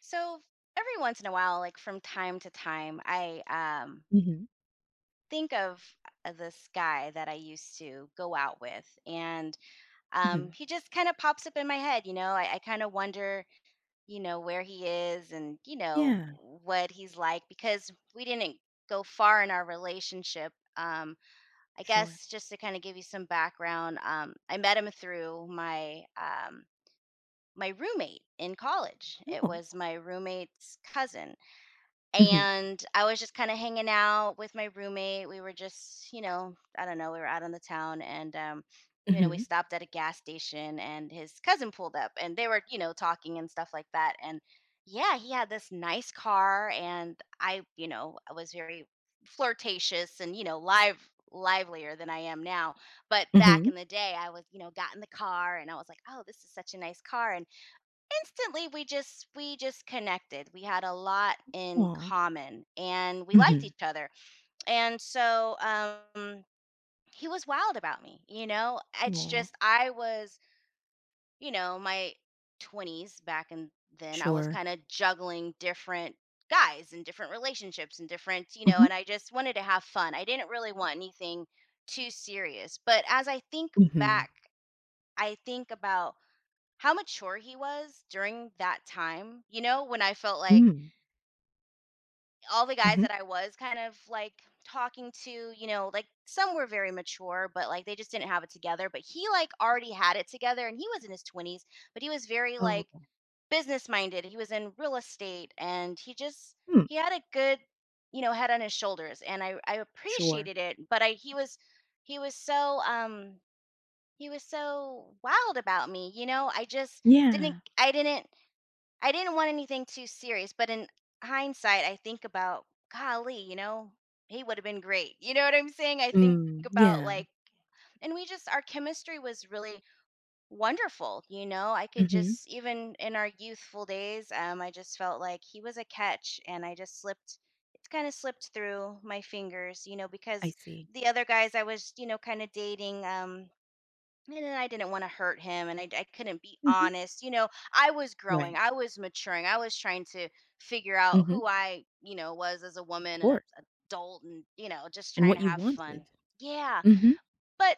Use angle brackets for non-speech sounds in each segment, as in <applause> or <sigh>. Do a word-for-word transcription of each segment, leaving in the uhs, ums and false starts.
So every once in a while, like from time to time, I um Mhm, think of uh, this guy that I used to go out with, and um mhm. he just kind of pops up in my head. You know, I, I kind of wonder, you know, where he is and you know Yeah, what he's like because we didn't go far in our relationship. Um, I sure. guess just to kind of give you some background, um, I met him through my um my roommate in college. It No. was my roommate's cousin. Mhm, And I was just kind of hanging out with my roommate. We were just, you know, I don't know, we were out on the town and um, you know, we mhm, stopped at a gas station and his cousin pulled up and they were, you know, talking and stuff like that. And yeah, he had this nice car and I, you know, I was very flirtatious and, you know, live livelier than I am now. But back mhm. in the day, I was, you know, got in the car and I was like, "Oh, this is such a nice car." And instantly we just we just connected, we had a lot in Aw. common, and we liked Mhm. each other. And so um he was wild about me, you know, it's Aw. just I was, you know, my twenties back, and then I was Sure. kind of juggling different guys and different relationships and different, you know, Mhm, and I just wanted to have fun. I didn't really want anything too serious, but as i think mhm. back i think about how mature he was during that time, you know, when I felt like Mm, all the guys mhm. that I was kind of like talking to, you know, like some were very mature, but like they just didn't have it together. But he like already had it together and he was in his twenties, but he was very Oh, like business minded. He was in real estate and he just, mm, he had a good, you know, head on his shoulders. And I, I sure. appreciated it, but I, he was, he was so, um, he was so wild about me, you know, I just didn't, Yeah. I didn't I didn't want anything too serious, but in hindsight, I think about, golly, you know, he would have been great. You know what I'm saying? I think Mm, about yeah. like, and we just, our chemistry was really wonderful. You know, I could Mhm. just, even in our youthful days, um, I just felt like he was a catch and I just slipped, it's kind of slipped through my fingers, you know, I because see. the other guys I was, you know, kind of dating, um, and then I didn't want to hurt him and I, I couldn't be Mhm. honest. You know, I was growing, Right. I was maturing, I was trying to figure out Mhm. who I, you know, was as a Of woman and a course. adult and, you know, just And trying what to you have fun. wanted. Yeah. Mhm. But,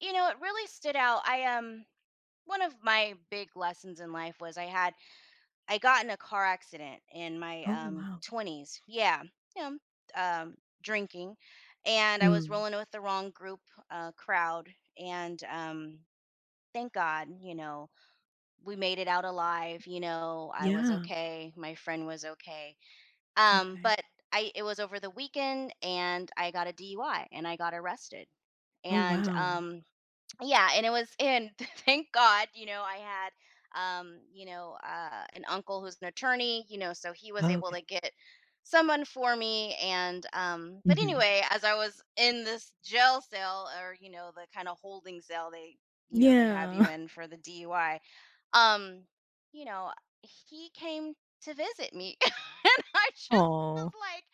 you know, it really stood out. I, um, one of my big lessons in life was I had, I got in a car accident in my, Oh, um, wow. twenties. Yeah. You know, um, drinking. And I was Mm. rolling with the wrong group, uh, crowd. And, um, thank God, you know, we made it out alive, you know, I was Yeah. okay, my friend was okay. Um, Okay. but I it was over the weekend and I got a D U I and I got arrested. Oh, And wow. um yeah, and it was, and <laughs> thank God, you know, I had um you know uh an uncle who's an attorney, you know, so he was able Okay. to get someone for me. And um, but Mhm. anyway, as I was in this jail cell, or you know, the kind of holding cell they, you know, they have you Yeah. <laughs> in for the DUI, um, you know, he came to visit me, <laughs> and I just was Oh. like,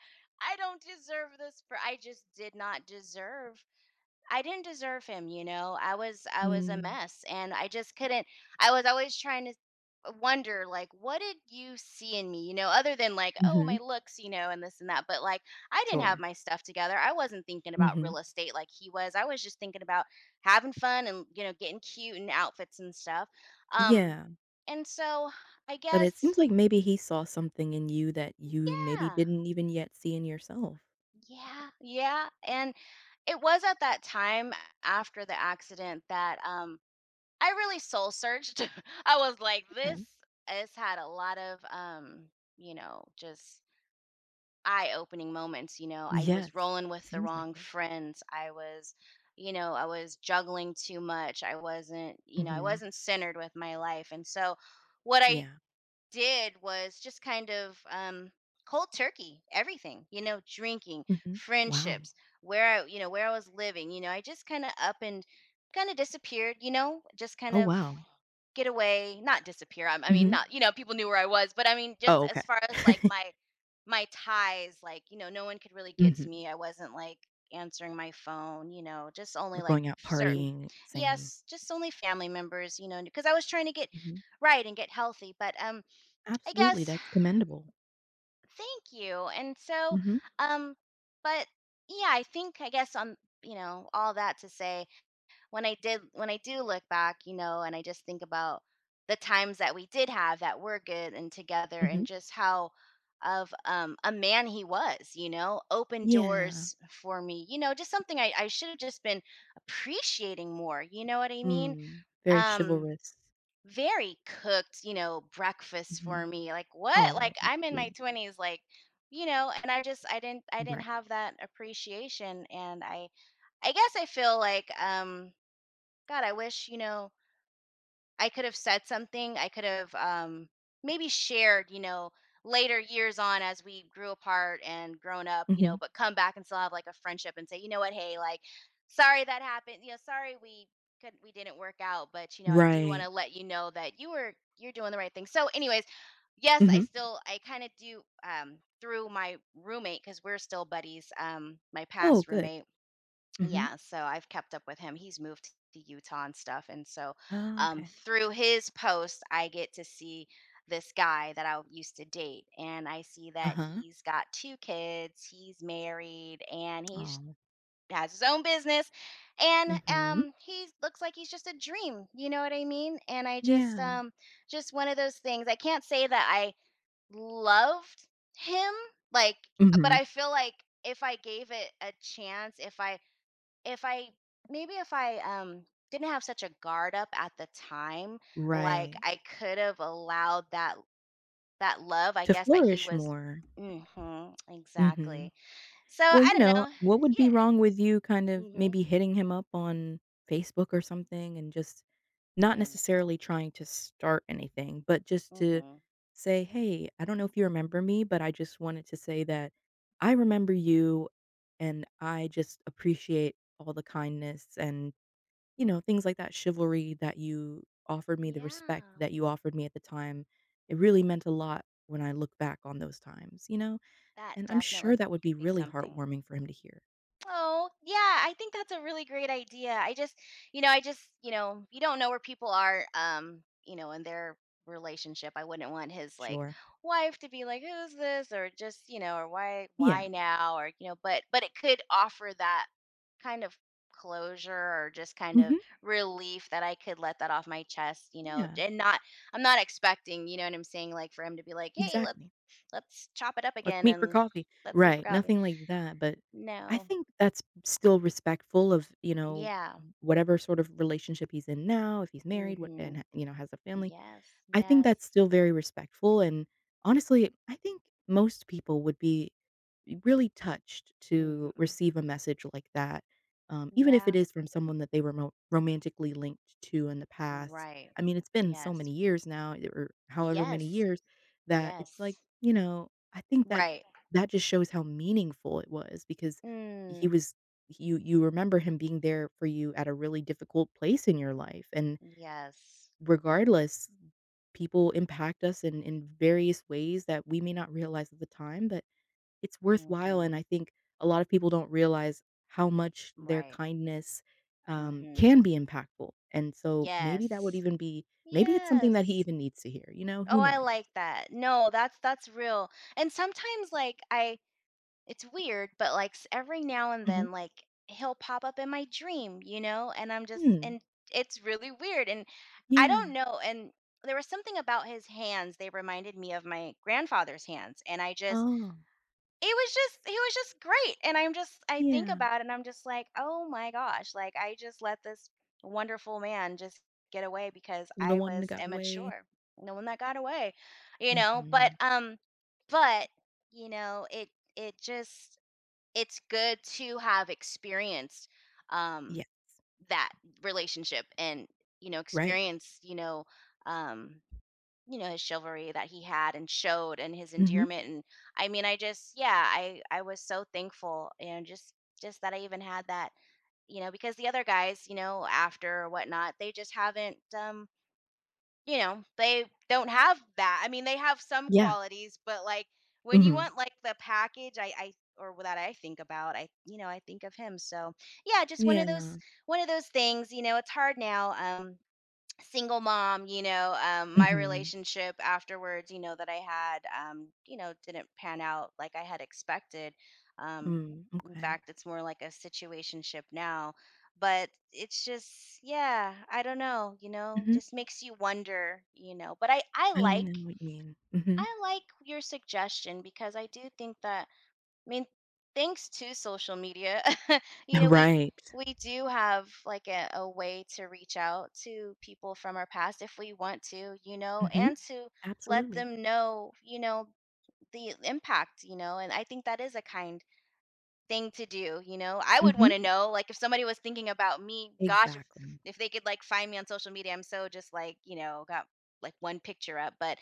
I don't deserve this for I just did not deserve I didn't deserve him, you know. I was I was a Mm. mess and I just couldn't, I was always trying to wonder, like, what did you see in me, you know, other than like, oh, my Mhm. looks, you know, and this and that, but like I didn't have Sure. my stuff together. I wasn't thinking about Mhm. real estate like he was. I was just thinking about having fun and, you know, getting cute and outfits and stuff. Um, Yeah. and so I But it guess seems like maybe he saw something in you that you maybe yeah. didn't even yet see in yourself. Yeah. Yeah. And it was at that time after the accident that um I really soul searched. <laughs> I was like, this Okay. has had a lot of, um, you know, just eye opening moments. You know, I Yes, was rolling with the seems like wrong it. friends. I was, you know, I was juggling too much. I wasn't, you know, I Mhm. wasn't centered with my life. And so, what I Yeah. did was just kind of um cold turkey everything, you know, drinking, Mhm. Wow. friendships, where i you know where i was living. You know, I just kind of up and kind of disappeared, you know, just kind Oh, of wow. get away. Not disappear, I, I mean, Mhm. not, you know, people knew where I was, but I mean just Oh, okay. as far as like <laughs> my my ties, like, you know, no one could really get to Mhm. me. I wasn't like answering my phone, you know, just only We're like going out certain, partying, same. yes, just only family members, you know, because I was trying to get Mhm. right and get healthy. But um, I Absolutely, guess that's commendable. thank you. And so Mhm. um, but yeah, I think I guess on, you know, all that to say, when I did when I do look back, you know, and I just think about the times that we did have that were good and together, and Mhm. just how of um a man he was, you know, open Yeah. doors for me. You know, just something I, I should have just been appreciating more, you know what I mean? Mm. Very Um, chivalrous. very cooked, you know, breakfast for Mhm. me. Like, what? Like, Oh, I'm in my sweet. twenties, like, you know, and I just I didn't I didn't Right. have that appreciation. And I I guess I feel like um, God, I wish, you know, I could have said something. I could have um, maybe shared, you know, later years on as we grew apart and grown up, you know, Mhm. but come back and still have like a friendship and say, you know what, hey, like, sorry that happened. You know, sorry we couldn't, we didn't work out, but you know, I do want to Right. let you know that you were you're doing the right thing. So, anyways, yes, I Mhm. still I kind of do, um, through my roommate, because we're still buddies. Um, my Oh, past good. roommate, Mhm. yeah, so I've kept up with him. He's moved to Utah and stuff. And so um, Okay. through his post, I get to see this guy that I used to date. And I see that Uh-huh. he's got two kids, he's married, and he's Oh. has his own business and Mhm. um he looks like he's just a dream, you know what I mean, and I just Yeah. um just one of those things, I can't say that I loved him, like, but Mhm. I feel like if I gave it a chance, if i if I maybe if I um didn't have such a guard up at the time, like Right. I could have allowed that that love, I To guess, that he flourish was, more. mhm, Mhm. exactly. So Well, I you don't know, know. what would be Yeah. wrong with you kind of Mhm. maybe hitting him up on Facebook or something, and just not I know. necessarily trying to start anything, but just to Mhm. say, "Hey, I don't know if you remember me, but I just wanted to say that I remember you and I just appreciate all the kindness and You know, things like that, chivalry that you offered me, the respect Yeah. that you offered me at the time. It really meant a lot when I look back on those times, you know?" That And I'm sure definitely that would be could be really something. heartwarming for him to hear. Oh, yeah, I think that's a really great idea. I just, you know, I just, you know, you don't know where people are, um, you know, in their relationship. I wouldn't want his like Sure. wife to be like, who's this? Or just, you know, or why, Yeah. why now? Or, you know, but, but it could offer that kind of closure or just kind of Mhm. relief that I could let that off my chest, you know, Yeah. and not, I'm not expecting, you know what I'm saying? Like for him to be like, hey, let, Exactly. let's chop it up "Let's again meet for and coffee." let's meet for Right, coffee. nothing like that, but I No. think that's still respectful of, you know, Yeah. whatever sort of relationship he's in now, if he's married, what and, Mhm. you know, has a family. Yes, I think yes. that's still very respectful, and honestly, I think most people would be really touched to Mhm. receive a message like that, um, even if it Yeah. is from someone that they were mo- romantically linked to in the past. Right. I mean, it's been so Yes. many years now, or however many Yes. years, that it's like Yes. you know, I think that Right. that just shows how meaningful it was because he Mm. was you you remember him being there for you at a really difficult place in your life. And Yes. regardless, people impact us in in various ways that we may not realize at the time, but it's worthwhile, and Mhm. I think a lot of people don't realize how much their Right. kindness, um, Mhm. can be impactful, and so maybe that would Yes. even be maybe it's something that he Yes. even needs to hear, you know, Oh, who I knows? like that. No, that's that's real. And sometimes like I It's weird, but like s- every now and Mhm. then, like he'll pop up in my dream, you know, and I'm just, Hmm, and it's really weird. And I don't yeah. know. And there was something about his hands. They reminded me of my grandfather's hands. And I just, Oh, it was just, he was just great. And I'm just, I think yeah. about it and I'm just like, oh my gosh, like I just let this wonderful man just get away because The I one that was got away. immature. No one that got away, you know, but, Mhm. um, but, you know, it, it just, it's good to have experienced um Yeah, that relationship and, you know, right. experience, you know, um, you know, his chivalry that he had and showed and his Mhm. endearment. And I mean I just yeah i i was so thankful, and just just that I even had that, you know, because the other guys, you know, after or whatnot, they just haven't um, you know, they don't have that. I mean, they have some Yeah. qualities, but like when you Mhm. want like the package, I, I or that I think about, I, you know, I think of him. So yeah, just one of Yeah. those one of those things. You know, it's hard now. Um, single mom, you know, um, my Mhm. relationship afterwards, you know, that I had, um, you know, didn't pan out like I had expected, um, Mm, in okay. fact, it's more like a situationship now. But it's just, yeah, I don't know, you know, Mhm. just makes you wonder, you know. But i i I like know what you mean. Mhm. I like your suggestion, because I do think that, I mean, thanks to social media, <laughs> you know, we Right. we do have like a, a way to reach out to people from our past if we want to, you know, Mhm. and to let Absolutely. them know, you know, the impact, you know, and I think that is a kind thing to do, you know. I would want Mhm. to know, like, if somebody was thinking about me, gosh, if Exactly. if they could like find me on social media, I'm so just like, you know, got like one picture up, but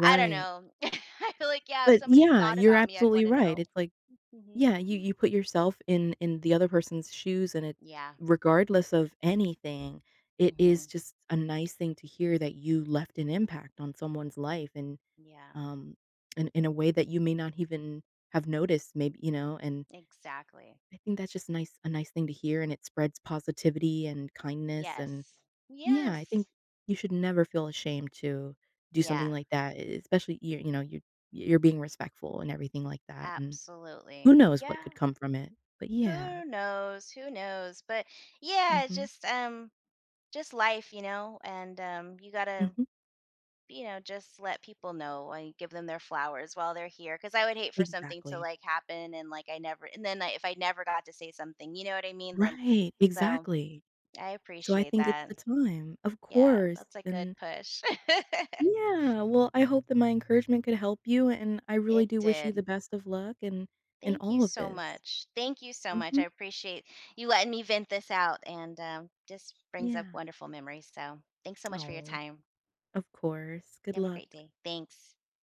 I don't know. <laughs> I feel like yeah, if But somebody yeah, thought you're about me, I'd absolutely want to right. know. It's like, Hmm. yeah, you you put yourself in in the other person's shoes, and it Yeah. regardless of anything, it is Mhm. just a nice thing to hear that you left an impact on someone's life and, Yeah. um, in in a way that you may not even have noticed, maybe, you know, and Exactly. I think that's just nice a nice thing to hear, and it spreads positivity and kindness. And Yes. yeah, I think Yes. you should never feel ashamed to do something Yeah. like that, e especially you you know, you you're being respectful and everything like that, and who Absolutely. knows what could Yeah. come from it, but yeah. Who knows? Who knows? But yeah, it's Mhm, just um just life, you know, and um you got to, mhm, you know, just let people know and give them their flowers while they're here, cuz I would hate for something to exactly. like happen, and like I never, and then I, if I never got to say something, you know what I mean? Then, Right, so exactly. I So I appreciate think it's that. the time. Of Yeah, course, that's a good and push. <laughs> yeah, well, I hope that my encouragement could help you, and I really It do wish you the did. best of luck and in in Thank you all of so this. much. Thank you so much. I Mhm, appreciate you letting me vent this out, and um, just brings up yeah. wonderful memories. So thanks so much for your Oh, time. of course. You Good have a luck. great day. Thanks.